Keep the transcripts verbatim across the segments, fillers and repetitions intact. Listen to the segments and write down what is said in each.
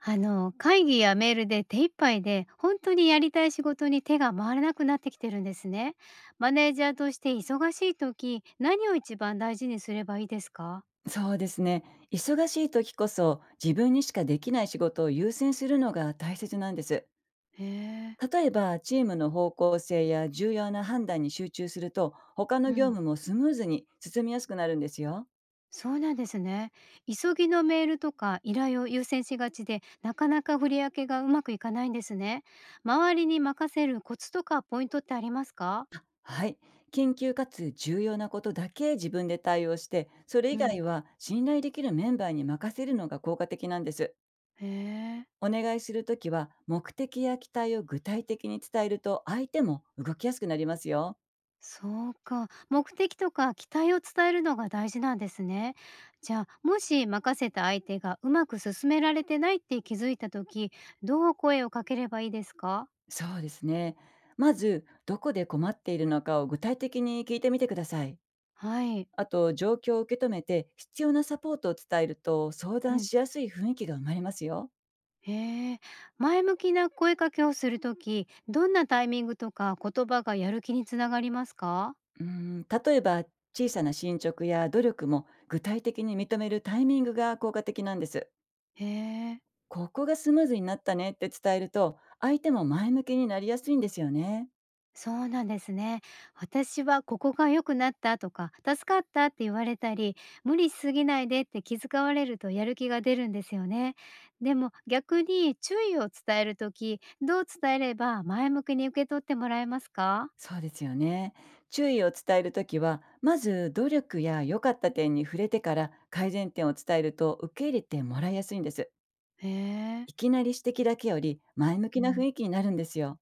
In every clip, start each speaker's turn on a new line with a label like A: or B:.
A: あの会議やメールで手一杯で本当にやりたい仕事に手が回らなくなってきてるんですね。マネージャーとして忙しい時、何を一番大事にすればいいですか？
B: そうですね。忙しい時こそ自分にしかできない仕事を優先するのが大切なんです。
A: へえ。
B: 例えば、チームの方向性や重要な判断に集中すると、他
A: う
B: の業
A: ん、
B: 務もスムーズに進みやすくなるんですよ。
A: そうなんですね。急ぎのメールとか依頼を優先しがちで、なかなか振り分けがうまくいかないんですね。周りに任せるコツとかポイントってありますか？
B: はい。緊急かつ重要なことだけ自分で対応して、それ以
A: うん。
B: 外は信頼できるメンバーに任せるのが効果的なんです。
A: へえ。
B: お願いするときは、目的や期待を具体的に伝えると相手も動きやすくなりますよ。
A: そうか。目的とか期待を伝えるのが大事なんですね。じゃあ、もし任せた相手がうまく進められてないって気づいた時、どう声をかければいいですか？
B: そうですね。まず、どこで困っているのかを具体的に聞いてみてください。
A: はい。
B: あと、状況を受け止めて必要なサポートを伝えると、相
A: う
B: 談
A: ん。
B: しやすい雰囲気が生まれますよ。
A: へえ。前向きな声かけをする時、どんなタイミングとか言葉がやる気につながりますか？
B: うん、例えば、小さな進捗や努力も具体的に認めるタイミングが効果的なんです。
A: へえ。
B: ここがスムーズになったねって伝えると、相手も前向きになりやすいんですよね。
A: そうなんですね。私はここが良くなったとか、助かったって言われたり、無理しすぎないでって気遣われるとやる気が出るんですよね。でも逆に注意を伝えるとき、どう伝えれば前向きに受け取ってもらえますか？
B: そうですよね。注意を伝えるときは、まず努力や良かった点に触れてから改善点を伝えると、受け入れてもらいやすいんです。
A: へえ。
B: いきなり指摘だけより、前向きな雰囲気になるんですよ。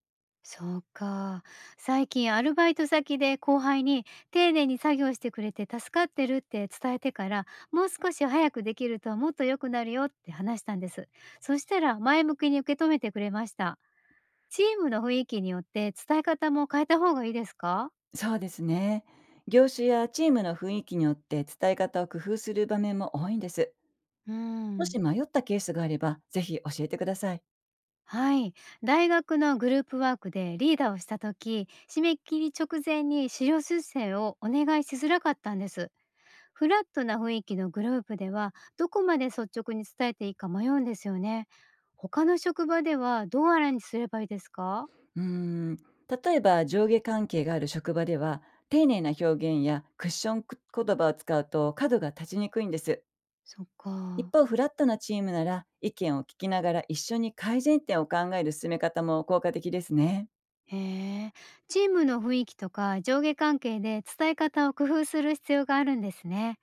A: そうか。最近アルバイト先で後輩に丁寧に作業してくれて助かってるって伝えてから、もう少し早くできるともっと良くなるよって話したんです。そしたら前向きに受け止めてくれました。チームの雰囲気によって伝え方も変えた方がいいですか？
B: そうですね。業種やチームの雰囲気によって伝え方を工夫する場面も多いんです。
A: う
B: も
A: ん。
B: し迷ったケースがあれば、ぜひ教えてください。
A: はい。大学のグループワークでリーダーをした時、締め切り直前に資料修正をお願いしづらかったんです。フラットな雰囲気のグループでは、どこまで率直に伝えていいか迷うんですよね。他の職場ではどうアレンジすればいいですか？
B: うーん。例えば、上下関係がある職場では、丁寧な表現やクッション言葉を使うと角が立ちにくいんです。
A: そっ
B: 一
A: か。
B: 方、フラットなチームなら、意見を聞きながら一緒に改善点を考える進め方も効果的ですね。
A: へえ。チームの雰囲気とか上下関係で伝え方を工夫する必要があるんですね。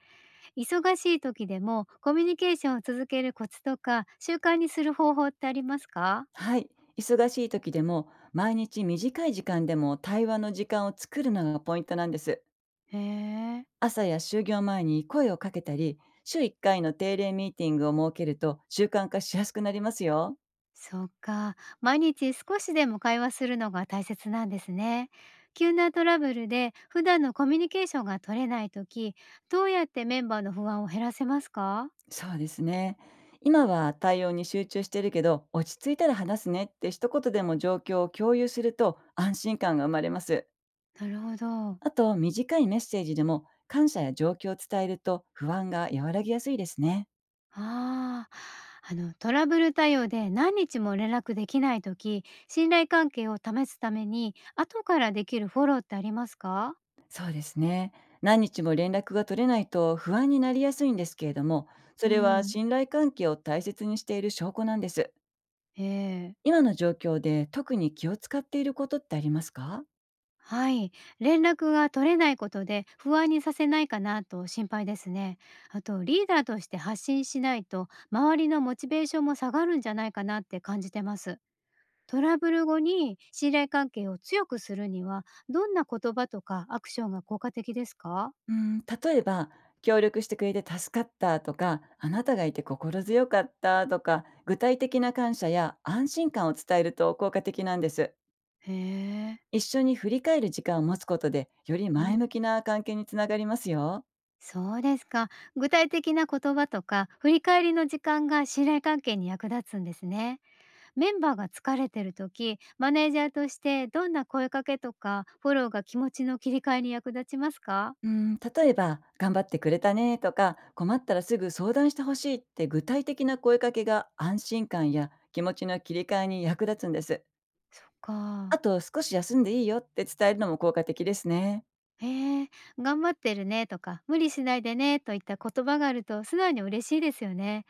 A: 忙しい時でもコミュニケーションを続けるコツとか習慣にする方法ってありますか？
B: はい。忙しい時でも、毎日短い時間でも対話の時間を作るのがポイントなんです。
A: へえ。
B: 朝や就業前に声をかけたり、週いっかいの定例ミーティングを設けると習慣化しやすくなりますよ。
A: そっか。毎日少しでも会話するのが大切なんですね。急なトラブルで普段のコミュニケーションが取れない時、どうやってメンバーの不安を減らせますか？
B: そうですね。今は対応に集中してるけど、落ち着いたら話すねって一言でも状況を共有すると、安心感が生まれます。
A: なるほど。
B: あと、短いメッセージでも感謝や状況を伝えると、不安が和らぎやすいですね。
A: あー、あのトラブル対応で何日も連絡できない時、信頼関係を試すために後からできるフォローってありますか？
B: そうですね。何日も連絡が取れないと不安になりやすいんですけれども、
A: う
B: それは
A: ん。
B: 信頼関係を大切にしている証拠なんです。
A: ええ。
B: 今の状況で特に気を使っていることってありますか？
A: はい。連絡が取れないことで不安にさせないかなと心配ですね。あと、リーダーとして発信しないと、周りのモチベーションも下がるんじゃないかなって感じてます。トラブル後に信頼関係を強くするには、どんな言葉とかアクションが効果的ですか？
B: うん、例えば、協力してくれて助かったとか、あなたがいて心強かったとか、具体的な感謝や安心感を伝えると効果的なんです。
A: へえ。
B: 一緒に振り返る時間を持つことで、より
A: う
B: 前
A: ん。
B: 向きな関係につながりますよ。
A: そうですか。具体的な言葉とか、振り返りの時間が信頼関係に役立つんですね。メンバーが疲れてる時、マネージャーとしてどんな声かけとかフォローが気持ちの切り替えに役立ちますか？
B: うん、例えば、頑張ってくれたねとか、困ったらすぐ相談してほしいって具体的な声かけが、安心感や気持ちの切り替えに役立つんです。
A: そっ
B: あ
A: か。
B: と、少し休んでいいよって伝えるのも効果的ですね。
A: へえ。頑張ってるねとか、無理しないでねといった言葉があると素直に嬉しいですよね。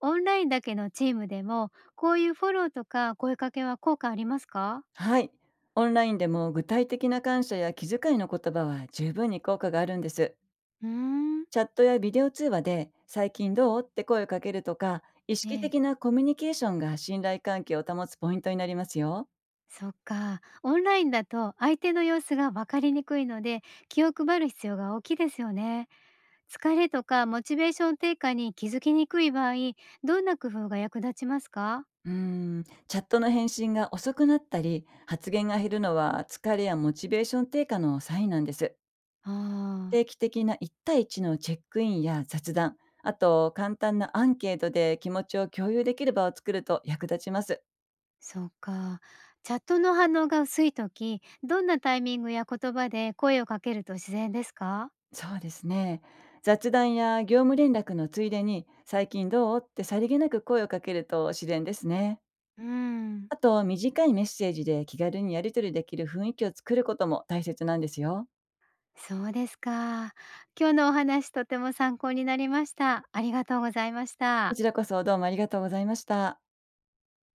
A: オンラインだけのチームでも、こういうフォローとか声かけは効果ありますか？
B: はい。オンラインでも、具体的な感謝や気遣いの言葉は十分に効果があるんです。
A: うーん。
B: チャットやビデオ通話で「最近どう?」って声をかけるとか、意
A: え
B: 識
A: え。
B: 的なコミュニケーションが信頼関係を保つポイントになりますよ。
A: そっか。オンラインだと相手の様子が分かりにくいので、気を配る必要が大きいですよね。疲れとかモチベーション低下に気づきにくい場合、どんな工夫が役立ちますか？
B: うーん、チャットの返信が遅くなったり、発言が減るのは疲れやモチベーション低下のサインなんです。
A: ああ。
B: 定期的な一対一のチェックインや雑談、あと簡単なアンケートで気持ちを共有できる場を作ると役立ちます。
A: そうか。チャットの反応が薄い時、どんなタイミングや言葉で声をかけると自然ですか？
B: そうですね。雑談や業務連絡のついでに、最近どうってさりげなく声をかけると自然ですね。
A: うーん。
B: あと、短いメッセージで気軽にやり取りできる雰囲気を作ることも大切なんですよ。
A: そうですか。今日のお話とても参考になりました。ありがとうございまし
B: こ
A: た。
B: ちらこそ、どうもありがとうございました。